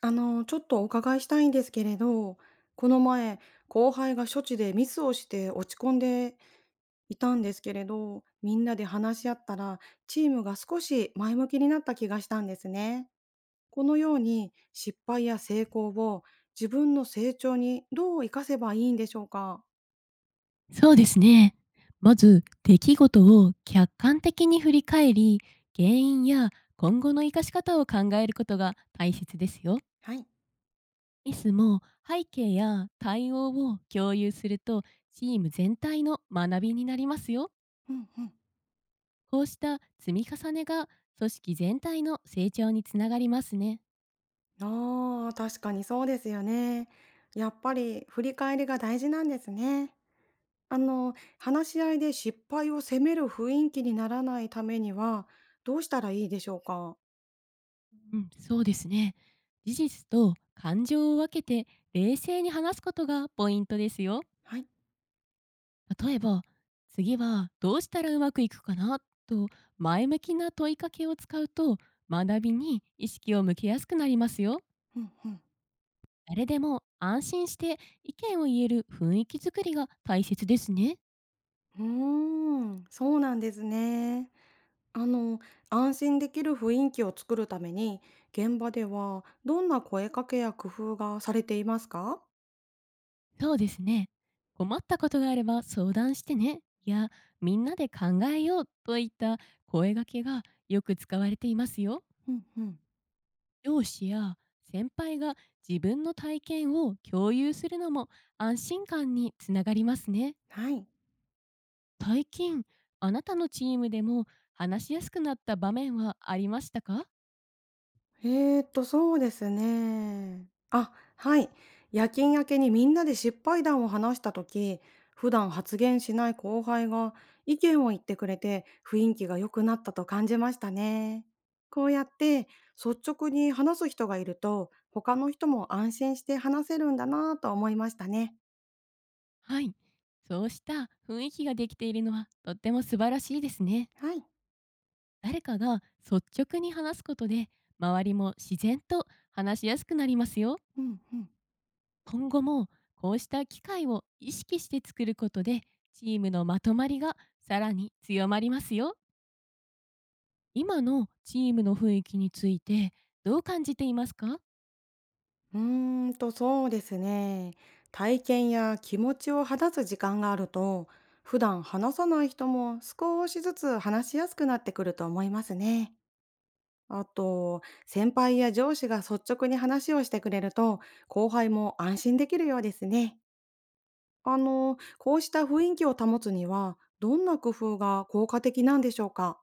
ちょっとお伺いしたいんですけれど、この前、後輩が処置でミスをして落ち込んでいたんですけれど、みんなで話し合ったら、チームが少し前向きになった気がしたんですね。このように、失敗や成功を自分の成長にどう活かせばいいんでしょうか。そうですね。まず、出来事を客観的に振り返り、原因や今後の活かし方を考えることが大切ですよ。はい。ミスも背景や対応を共有すると、チーム全体の学びになりますよ。うんうん。こうした積み重ねが組織全体の成長につながりますね。ああ、確かにそうですよね。やっぱり振り返りが大事なんですね。話し合いで失敗を責める雰囲気にならないためには、どうしたらいいでしょうか？うん、そうですね。事実と感情を分けて冷静に話すことがポイントですよ。はい。例えば「次はどうしたらうまくいくかな?」と前向きな問いかけを使うと学びに意識を向けやすくなりますよ。うんうん。誰でも安心して意見を言える雰囲気づくりが大切ですね。うーん、そうなんですね。あの、安心できる雰囲気を作るために、現場ではどんな声かけや工夫がされていますか？そうですね。困ったことがあれば相談してね。いや、みんなで考えようといった声掛けがよく使われていますよ。うんうん。上司や先輩が自分の体験を共有するのも安心感につながりますね。はい。最近あなたのチームでも話しやすくなった場面はありましたか？そうですね。あ、はい。夜勤明けにみんなで失敗談を話した時、普段発言しない後輩が意見を言ってくれて雰囲気が良くなったと感じましたね。こうやって率直に話す人がいると、他の人も安心して話せるんだなぁと思いましたね。はい、そうした雰囲気ができているのはとっても素晴らしいですね。はい。誰かが率直に話すことで周りも自然と話しやすくなりますよ。うんうん。今後もこうした機会を意識して作ることでチームのまとまりがさらに強まりますよ。今のチームの雰囲気についてどう感じていますか？そうですね。体験や気持ちを話す時間があると、普段話さない人も少しずつ話しやすくなってくると思いますね。あと、先輩や上司が率直に話をしてくれると、後輩も安心できるようですね。こうした雰囲気を保つには、どんな工夫が効果的なんでしょうか。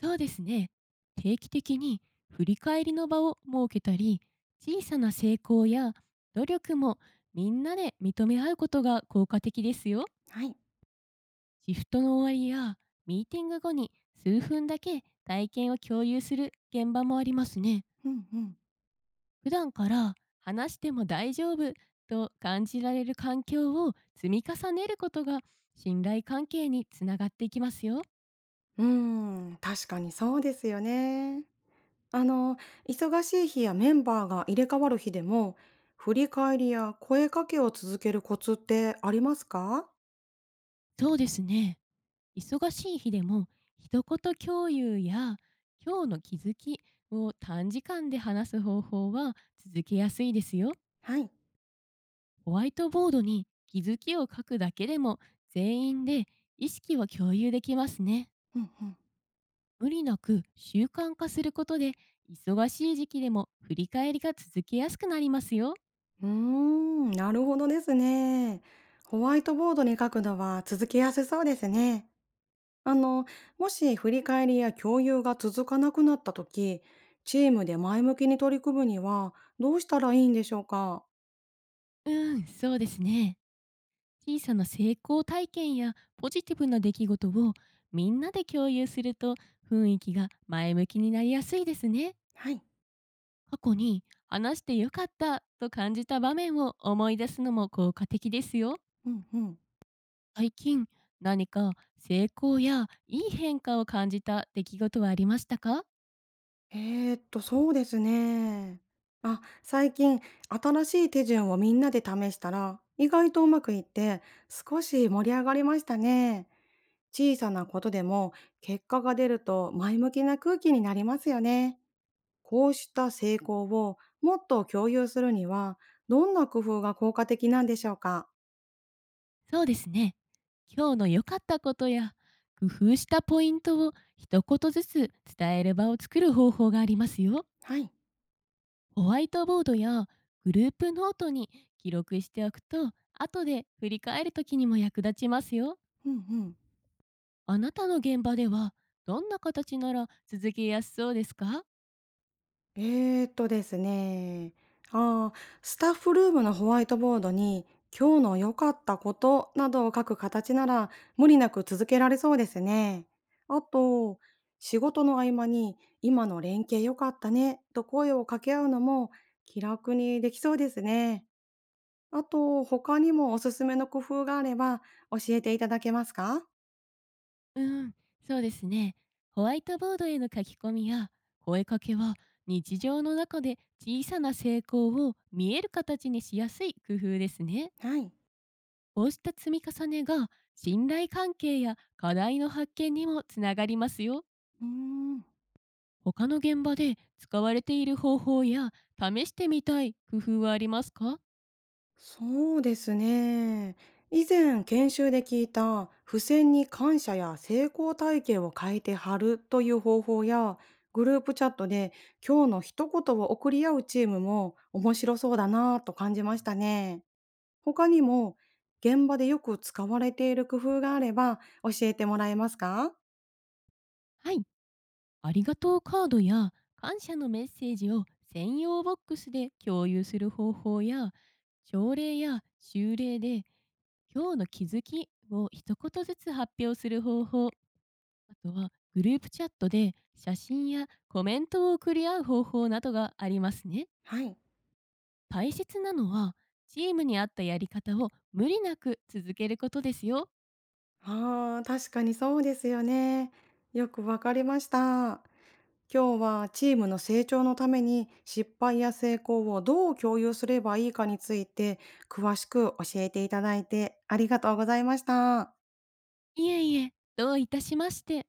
そうですね。定期的に振り返りの場を設けたり、小さな成功や努力もみんなで認め合うことが効果的ですよ。はい。シフトの終わりやミーティング後に数分だけ体験を共有する現場もありますね。うんうん。普段から話しても大丈夫と感じられる環境を積み重ねることが信頼関係につながっていきますよ。うーん、確かにそうですよね。あの、忙しい日やメンバーが入れ替わる日でも、振り返りや声かけを続けるコツってありますか。そうですね。忙しい日でも一言共有や今日の気づきを短時間で話す方法は続けやすいですよ。はい。ホワイトボードに気づきを書くだけでも全員で意識を共有できますね。うんうん。無理なく習慣化することで忙しい時期でも振り返りが続けやすくなりますよ。うーん、なるほどですね。ホワイトボードに書くのは続けやすそうですね。あの、もし振り返りや共有が続かなくなった時、チームで前向きに取り組むにはどうしたらいいんでしょうか。うん、そうですね。小さな成功体験やポジティブな出来事をみんなで共有すると雰囲気が前向きになりやすいですね。はい。過去に話してよかったと感じた場面を思い出すのも効果的ですよ。うんうん。最近何か成功やいい変化を感じた出来事はありましたか？そうですね。あ、最近、新しい手順をみんなで試したら、意外とうまくいって、少し盛り上がりましたね。小さなことでも、結果が出ると前向きな空気になりますよね。こうした成功をもっと共有するには、どんな工夫が効果的なんでしょうか。そうですね。今日の良かったことや工夫したポイントを一言ずつ伝える場を作る方法がありますよ。はい。ホワイトボードやグループノートに記録しておくと後で振り返る時にも役立ちますよ。うんうん。あなたの現場ではどんな形なら続けやすそうですか？えーとですね、あースタッフルームのホワイトボードに、今日の良かったことなどを書く形なら、無理なく続けられそうですね。あと、仕事の合間に、今の連携良かったね、と声を掛け合うのも、気楽にできそうですね。あと、他にもおすすめの工夫があれば、教えていただけますか。うん、そうですね。ホワイトボードへの書き込みや声かけは日常の中で小さな成功を見える形にしやすい工夫ですね。はい。こうした積み重ねが信頼関係や課題の発見にもつながりますよ。うーん、他の現場で使われている方法や試してみたい工夫はありますか？そうですね。以前研修で聞いた付箋に感謝や成功体験を書いて貼るという方法やグループチャットで今日の一言を送り合うチームも面白そうだなぁと感じましたね。他にも現場でよく使われている工夫があれば教えてもらえますか。はい。ありがとうカードや感謝のメッセージを専用ボックスで共有する方法や朝礼や修礼で今日の気づきを一言ずつ発表する方法、あとはグループチャットで写真やコメントを送り合う方法などがありますね。はい。大切なのはチームに合ったやり方を無理なく続けることですよ。ああ、確かにそうですよね。よくわかりました。今日はチームの成長のために失敗や成功をどう共有すればいいかについて詳しく教えていただいてありがとうございました。いえいえ、どういたしまして。